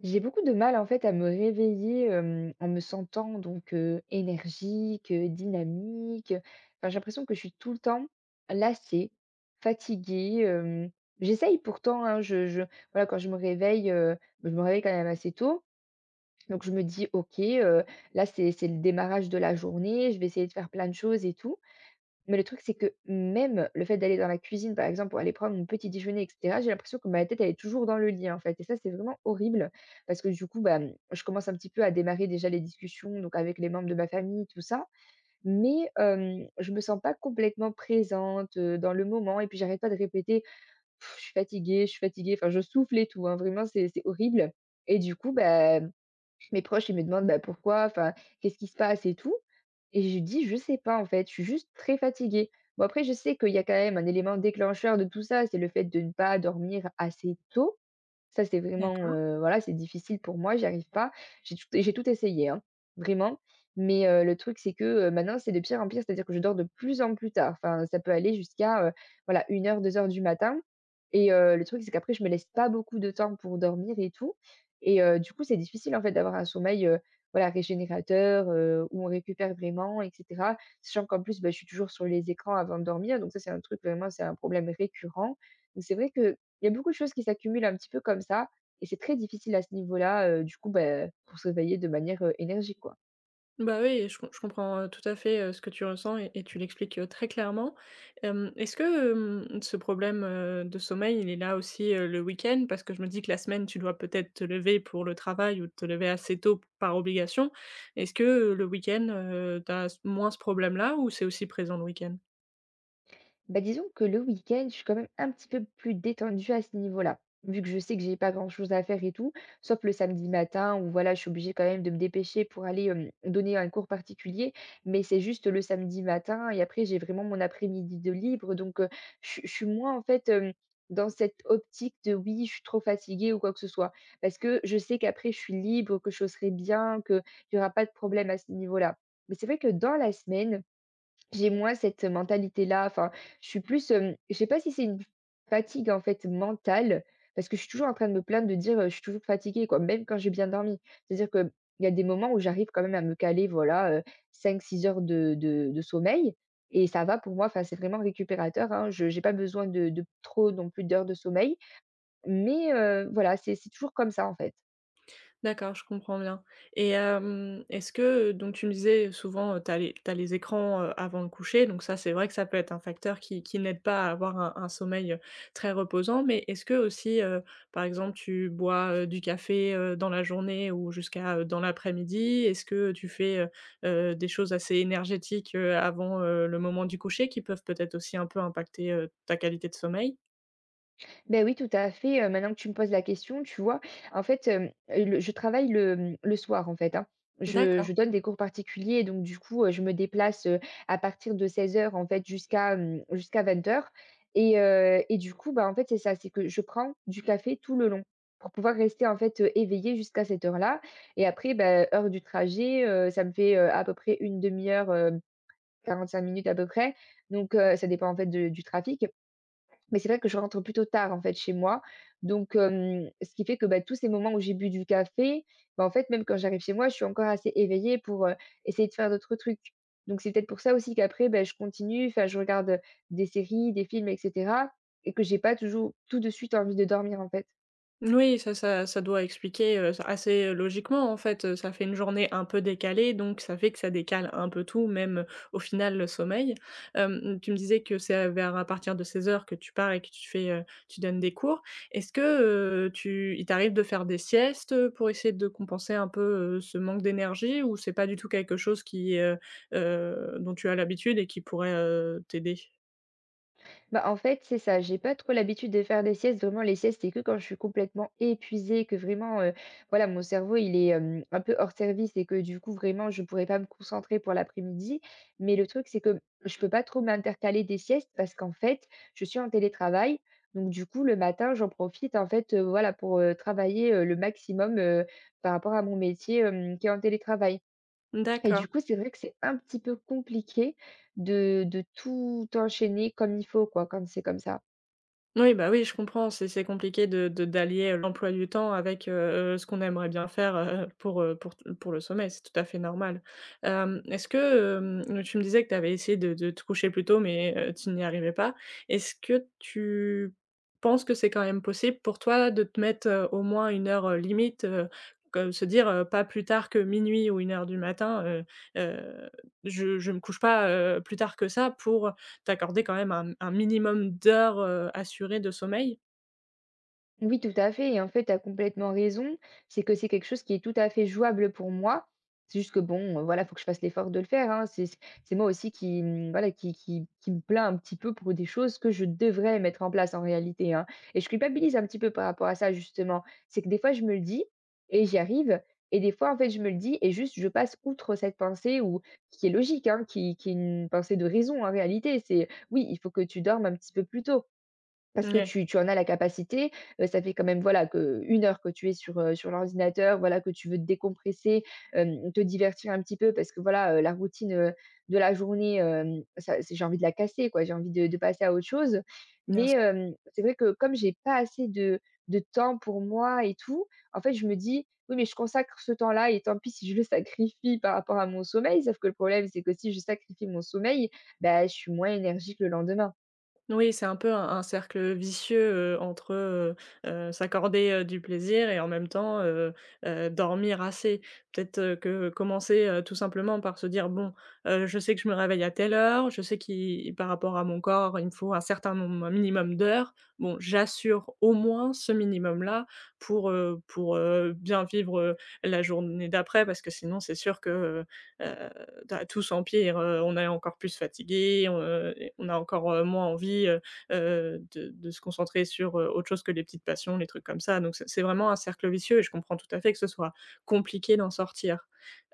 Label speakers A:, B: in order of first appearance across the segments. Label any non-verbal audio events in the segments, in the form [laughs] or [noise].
A: J'ai beaucoup de mal en fait à me réveiller, en me sentant donc énergique, dynamique, enfin j'ai l'impression que je suis tout le temps lassée, fatiguée, j'essaye pourtant, hein, je voilà quand je me réveille quand même assez tôt, donc je me dis: «OK, là c'est le démarrage de la journée, je vais essayer de faire plein de choses et tout». Mais le truc, c'est que même le fait d'aller dans la cuisine, par exemple, pour aller prendre mon petit déjeuner et cetera, j'ai l'impression que ma tête, elle est toujours dans le lit, en fait. Et ça, c'est vraiment horrible parce que du coup, bah, je commence un petit peu à démarrer déjà les discussions donc avec les membres de ma famille, tout ça. Mais je me sens pas complètement présente, dans le moment et puis j'arrête pas de répéter: je suis fatiguée», enfin, je souffle et tout, hein, vraiment, c'est horrible et du coup, bah mes proches, ils me demandent: «Bah, pourquoi? Enfin, qu'est-ce qui se passe et tout?» et je dis: «Je sais pas, en fait, je suis juste très fatiguée». Bon, après, je sais qu'il y a quand même un élément déclencheur de tout ça, c'est le fait de ne pas dormir assez tôt. Ça, c'est vraiment,
B: D'accord.
A: voilà, c'est difficile pour moi, j'y arrive pas. J'ai tout essayé, hein, vraiment, mais le truc, c'est que, maintenant, c'est de pire en pire, c'est-à-dire que je dors de plus en plus tard. Enfin, ça peut aller jusqu'à, voilà, 1 heure, 2 heures du matin et le truc, c'est qu'après, je me laisse pas beaucoup de temps pour dormir et tout et du coup, c'est difficile, en fait, d'avoir un sommeil, voilà, régénérateur, où on récupère vraiment et cetera. Sachant qu'en plus, bah, je suis toujours sur les écrans avant de dormir, donc ça, c'est un truc vraiment, c'est un problème récurrent. Donc c'est vrai que il y a beaucoup de choses qui s'accumulent un petit peu comme ça et c'est très difficile à ce niveau-là, du coup, bah, pour se réveiller de manière, énergique, quoi.
B: Je comprends, tout à fait, ce que tu ressens et tu l'expliques, très clairement. Est-ce que ce problème, de sommeil, il est là aussi, le week-end? Parce que je me dis que la semaine, tu dois peut-être te lever pour le travail ou te lever assez tôt p par obligation. Est-ce que, le week-end, tu as moins ce problème-là ou c'est aussi présent le week-end?
A: Bah, disons que le week-end, je suis quand même un petit peu plus détendue à ce niveau-là, vu que je sais que j'ai pas grand-chose à faire et tout, sauf le samedi matin où voilà, je suis obligée quand même de me dépêcher pour aller donner un cours particulier, mais c'est juste le samedi matin et après j'ai vraiment mon après-midi de libre, donc je suis moins en fait dans cette optique de oui, je suis trop fatiguée ou quoi que ce soit, parce que je sais qu'après je suis libre, que je serai bien, qu'il n'y aura pas de problème à ce niveau-là. Mais c'est vrai que dans la semaine, j'ai moins cette mentalité-là, enfin, je suis plus, je sais pas si c'est une fatigue, en fait, mentale, parce que je suis toujours en train de me plaindre de dire: «Je suis toujours fatiguée», quoi, même quand j'ai bien dormi. C'est-à-dire que il y a des moments où j'arrive quand même à me caler, voilà, 5, 6 heures de sommeil et ça va pour moi, enfin, c'est vraiment récupérateur, hein. Je n'ai pas besoin de trop non plus d'heures de sommeil, mais voilà, c'est toujours comme ça, en fait.
B: D'accord, je comprends bien et est-ce que, donc tu me disais souvent, tu les écrans, avant le coucher, donc ça, c'est vrai que ça peut être un facteur qui n'aide pas à avoir un sommeil, très reposant. Mais est-ce que aussi, par exemple, tu bois, du café, dans la journée ou jusqu'à, dans l'après-midi? Est-ce que tu fais, des choses assez énergétiques, avant, le moment du coucher qui peuvent peut-être aussi un peu impacter, ta qualité de sommeil?
A: Ben oui, tout à fait, maintenant que tu me poses la question, tu vois? En fait, le je travaille le soir, en fait, hein. Je
B: D'accord.
A: je donne des cours particuliers donc du coup, je me déplace, à partir de 16 heures en fait jusqu'à, jusqu'à 20 heures. Et du coup, bah, en fait, c'est ça, c'est que je prends du café tout le long pour pouvoir rester, en fait, éveillée jusqu'à cette heure-là et après, bah, heure du trajet, ça me fait, à peu près une demi 2 heure, 45 minutes à peu près donc ça dépend, en fait, de du trafic. Mais c'est vrai que je rentre plutôt tard, en fait, chez moi. Donc, ce qui fait que, bah, tous ces moments où j'ai bu du café, bah, en fait, même quand j'arrive chez moi, je suis encore assez éveillée pour, essayer de faire d'autres trucs. Donc c'est peut-être pour ça aussi qu'après, bah, je continue, enfin, je regarde, des séries, des films et cetera et que j'ai pas toujours tout de suite envie de dormir, en fait.
B: Oui, ça doit expliquer, ça assez, logiquement en fait, ça fait une journée un peu décalée, donc ça fait que ça décale un peu tout, même, au final le sommeil. Tu me disais que c'est, vers à partir de 16 heures que tu pars et que tu fais, tu donnes des cours. Est-ce que, tu il t'arrive de faire des siestes, pour essayer de compenser un peu, ce manque d'énergie ou c'est pas du tout quelque chose qui, dont tu as l'habitude et qui pourrait, t'aider?
A: Bah, en fait, c'est ça. J'ai pas trop l'habitude de faire des siestes. Vraiment, les siestes, c'est que quand je suis complètement épuisée, que vraiment, voilà, mon cerveau, il est un peu hors service et que du coup, vraiment, je pourrais pas me concentrer pour l'après-midi. Mais le truc, c'est que je peux pas trop m'intercaler des siestes parce qu'en fait, je suis en télétravail. Donc, du coup, le matin, j'en profite, en fait, voilà, pour travailler le maximum par rapport à mon métier qui est en télétravail. Et du
B: D'accord.
A: coup, c'est vrai que c'est un petit peu compliqué de tout enchaîner comme il faut, quoi, quand c'est comme ça.
B: Oui, bah, oui, je comprends, c'est compliqué de d'allier, l'emploi du temps avec, ce qu'on aimerait bien faire, pour, pour le sommeil, c'est tout à fait normal. Est-ce que, tu me disais que tu avais essayé de te coucher plus tôt mais, tu n'y arrivais pas. Est-ce que tu penses que c'est quand même possible pour toi de te mettre, au moins une heure, limite, que se dire, «Pas plus tard que minuit ou une heure du matin, heu, je me couche pas, plus tard que ça» pour, t'accorder quand même un minimum d'heures, assurées de sommeil.
A: Oui, tout à fait. Et en fait, tu as complètement raison. C'est que c'est quelque chose qui est tout à fait jouable pour moi. C'est juste que bon, voilà, faut que je fasse l'effort de le faire, hein. C'est moi aussi qui, voilà, qui me plains un petit peu pour des choses que je devrais mettre en place en réalité, hein. Et je culpabilise un petit peu par rapport à ça, justement. C'est que des fois, je me le dis et j'y arrive. Et des fois, en fait, je me le dis et juste, je passe outre cette pensée ou, qui est logique, hein, qui est une pensée de raison en réalité. C'est oui, il faut que tu dormes un petit peu plus tôt. Parce que
B: Ouais,
A: tu en as la capacité, ça fait quand même, voilà, que 1 heure que tu es sur, sur l'ordinateur, voilà, que tu veux te décompresser, te divertir un petit peu parce que, voilà, la routine, de la journée, ça c'est j'ai envie de la casser, quoi. J'ai envie de passer à autre chose.
B: bien
A: Mais,
B: sûr.
A: c'est vrai que comme j'ai pas assez de temps pour moi et tout, en fait, je me dis: «Oui, mais je consacre ce temps-là et tant pis si je le [laughs] sacrifie par rapport à mon sommeil». Sauf que le problème, c'est que si je sacrifie mon sommeil, bah, je suis moins énergique le lendemain.
B: Oui, c'est un peu un cercle vicieux, entre, s'accorder, du plaisir et en même temps, dormir assez. Peut-être, que commencer, tout simplement par se dire: «Bon, je sais que je me réveille à telle heure, je sais qu'il par rapport à mon corps, il me faut un certain nom un minimum d'heures. Bon, j'assure au moins ce minimum-là pour, bien vivre, la journée d'après», parce que sinon c'est sûr que, heu bah, tout s'empire, on est encore plus fatigué, et on a encore, moins envie, de se concentrer sur, autre chose que les petites passions, les trucs comme ça. Donc c'est vraiment un cercle vicieux et je comprends tout à fait que ce soit compliqué d'en sortir.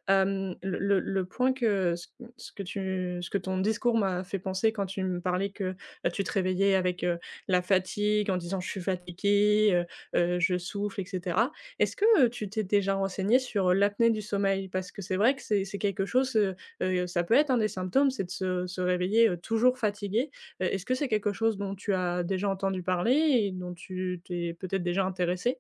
B: Le point que ce ce que tu ce que ton discours m'a fait penser quand tu me parlais que, bah, tu te réveillais avec, la fatigue en disant: «Je suis fatigué, je souffle» et cetera. Est-ce que, tu t'es déjà renseigné sur l'apnée du sommeil? Parce que c'est vrai que c'est quelque chose, ça peut être un des symptômes, c'est de se réveiller, toujours fatigué. Est-ce que c'est quelque chose dont tu as déjà entendu parler et dont tu t'es peut-être déjà intéressé?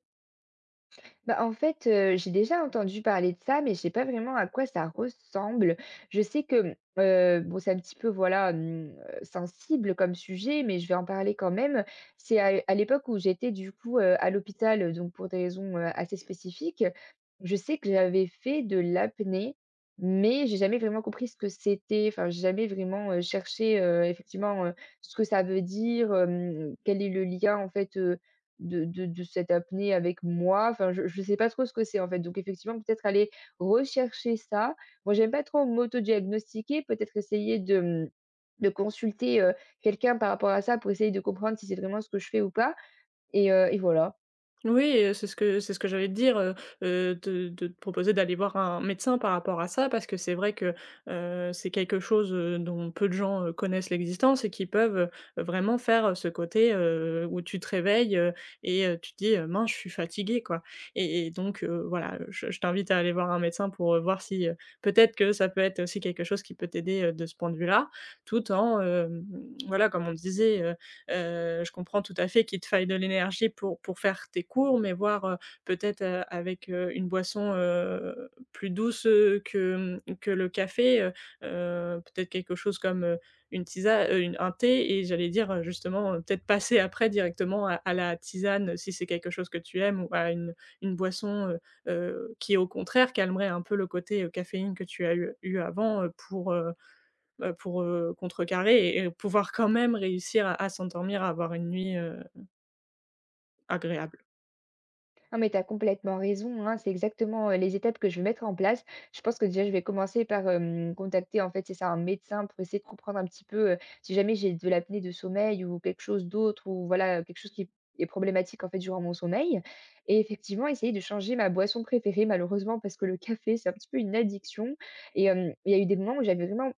A: Bah, en fait, j'ai déjà entendu parler de ça, mais je sais pas vraiment à quoi ça ressemble. Je sais que, bon, c'est un petit peu, voilà, sensible comme sujet, mais je vais en parler quand même. C'est à l'époque où j'étais, du coup, à l'hôpital, donc pour des raisons, assez spécifiques. Je sais que j'avais fait de l'apnée, mais j'ai jamais vraiment compris ce que c'était. Enfin, j'ai jamais vraiment, cherché, effectivement, ce que ça veut dire, quel est le lien, en fait, de cette apnée avec moi. Enfin, je sais pas trop ce que c'est, en fait. Donc effectivement, peut-être aller rechercher ça. Moi, j'aime pas trop m'auto-diagnostiquer, peut-être essayer de, de consulter, quelqu'un par rapport à ça pour essayer de comprendre si c'est vraiment ce que je fais ou pas et voilà.
B: Oui, c'est ce que j'allais te dire, de te proposer d'aller voir un médecin par rapport à ça, parce que c'est vrai que, c'est quelque chose, dont peu de gens, connaissent l'existence et qui peuvent, vraiment faire, ce côté, où tu te réveilles, et tu te dis: mince, je suis fatigué», quoi et donc voilà, je t'invite à aller voir un médecin pour, voir si, peut-être que ça peut être aussi quelque chose qui peut t'aider, de ce point de vue-là, tout en, voilà, comme on disait, je comprends tout à fait qu'il te faille de l'énergie pour faire tes cours, mais voir, peut-être, avec, une boisson, plus douce, que, que le café, peut-être quelque chose comme, une tisane, un thé et j'allais dire, justement, peut-être passer après directement à la tisane si c'est quelque chose que tu aimes ou à une boisson, qui au contraire calmerait un peu le côté, caféine que tu as eu avant, pour, contrecarrer et pouvoir quand même réussir à s'endormir, à avoir une nuit, agréable.
A: Non, mais tu as complètement raison, hein. C'est exactement, les étapes que je vais mettre en place. Je pense que déjà, je vais commencer par, contacter, en fait, c'est ça, un médecin pour essayer de comprendre un petit peu, si jamais j'ai de l'apnée de sommeil ou quelque chose d'autre ou voilà, quelque chose qui est problématique, en fait, durant mon sommeil et effectivement, essayer de changer ma boisson préférée malheureusement parce que le café, c'est un petit peu une addiction et il y a eu des moments où j'avais vraiment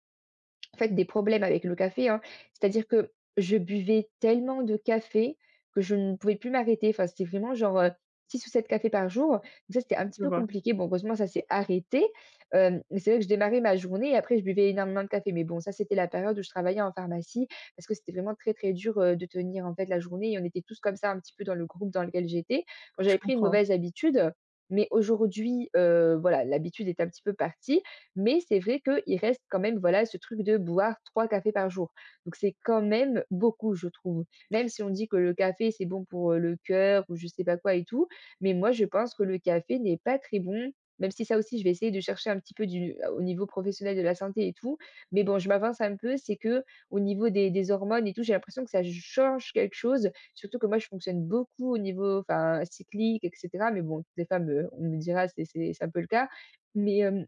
A: en fait, des problèmes avec le café, hein. C'est-à-dire que je buvais tellement de café que je ne pouvais plus m'arrêter. Enfin, c'était vraiment genre, 6 ou 7 cafés par jour. Donc ça, c'était un petit
B: Je
A: peu
B: vois,
A: compliqué. Bon, heureusement, ça s'est arrêté. Mais c'est vrai que je démarrais ma journée et après je buvais énormément de café. Mais bon, ça, c'était la période où je travaillais en pharmacie parce que c'était vraiment très, très dur, de tenir, en fait, la journée et on était tous comme ça un petit peu dans le groupe dans lequel j'étais. Bon,
B: je
A: j'avais pris une
B: comprends.
A: mauvaise habitude, mais aujourd'hui, voilà, l'habitude est un petit peu partie mais c'est vrai qu'il reste quand même, voilà, ce truc de boire 3 cafés par jour. Donc c'est quand même beaucoup, je trouve. Même si on dit que le café, c'est bon pour, le cœur ou je sais pas quoi et tout, mais moi, je pense que le café n'est pas très bon, même si ça aussi, je vais essayer de chercher un petit peu du au niveau professionnel de la santé et tout, mais bon, je m'avance un peu, c'est que au niveau des hormones et tout, j'ai l'impression que ça change quelque chose, surtout que moi, je fonctionne beaucoup au niveau, enfin, cyclique et cetera, mais bon, toutes les femmes, on me dira, c'est un peu le cas, mais hem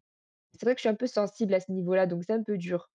A: c'est vrai que je suis un peu sensible à ce niveau-là, donc c'est un peu dur.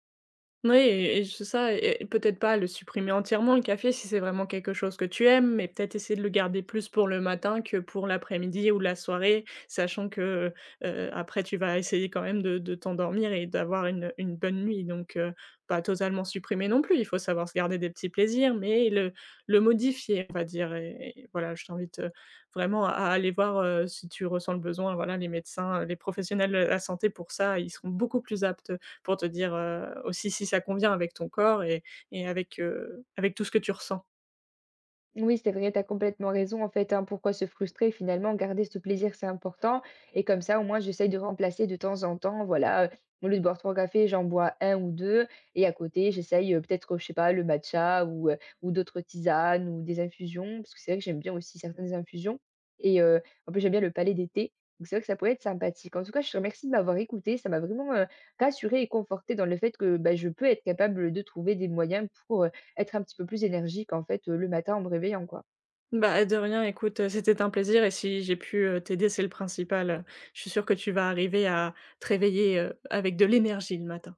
B: Oui et c'est ça et peut-être pas le supprimer entièrement le café si c'est vraiment quelque chose que tu aimes, mais peut-être essayer de le garder plus pour le matin que pour l'après-midi ou la soirée, sachant que, après tu vas essayer quand même de t'endormir et d'avoir une bonne nuit donc pas totalement supprimer non plus. Il faut savoir se garder des petits plaisirs, mais le modifier, on va dire et voilà, je t'invite, vraiment à aller voir, si tu ressens le besoin, voilà, les médecins, les professionnels de la santé pour ça, ils seront beaucoup plus aptes pour te dire, aussi si ça convient avec ton corps et avec, avec tout ce que tu ressens.
A: Oui, c'est vrai, tu as complètement raison en fait, hein. Pourquoi se frustrer finalement? Garder ce plaisir, c'est important et comme ça, au moins, j'essaye de remplacer de temps en temps, voilà, au lieu de boire 3 cafés, j'en bois un ou 2. Et à côté, j'essaye, peut-être, je sais pas, le matcha ou d'autres tisanes ou des infusions. Parce que c'est vrai que j'aime bien aussi certaines infusions et en plus, j'aime bien le palais des thés. Donc c'est vrai que ça pourrait être sympathique. En tout cas, je te remercie de m'avoir écoutée. Ça m'a vraiment, rassurée et confortée dans le fait que, bah, je peux être capable, de trouver des moyens pour, être un petit peu plus énergique en fait, le matin en me réveillant, quoi.
B: Bah, de rien, écoute, c'était un plaisir et si j'ai pu, t'aider, c'est le principal. Je suis sûre que tu vas arriver à te réveiller, avec de l'énergie le matin.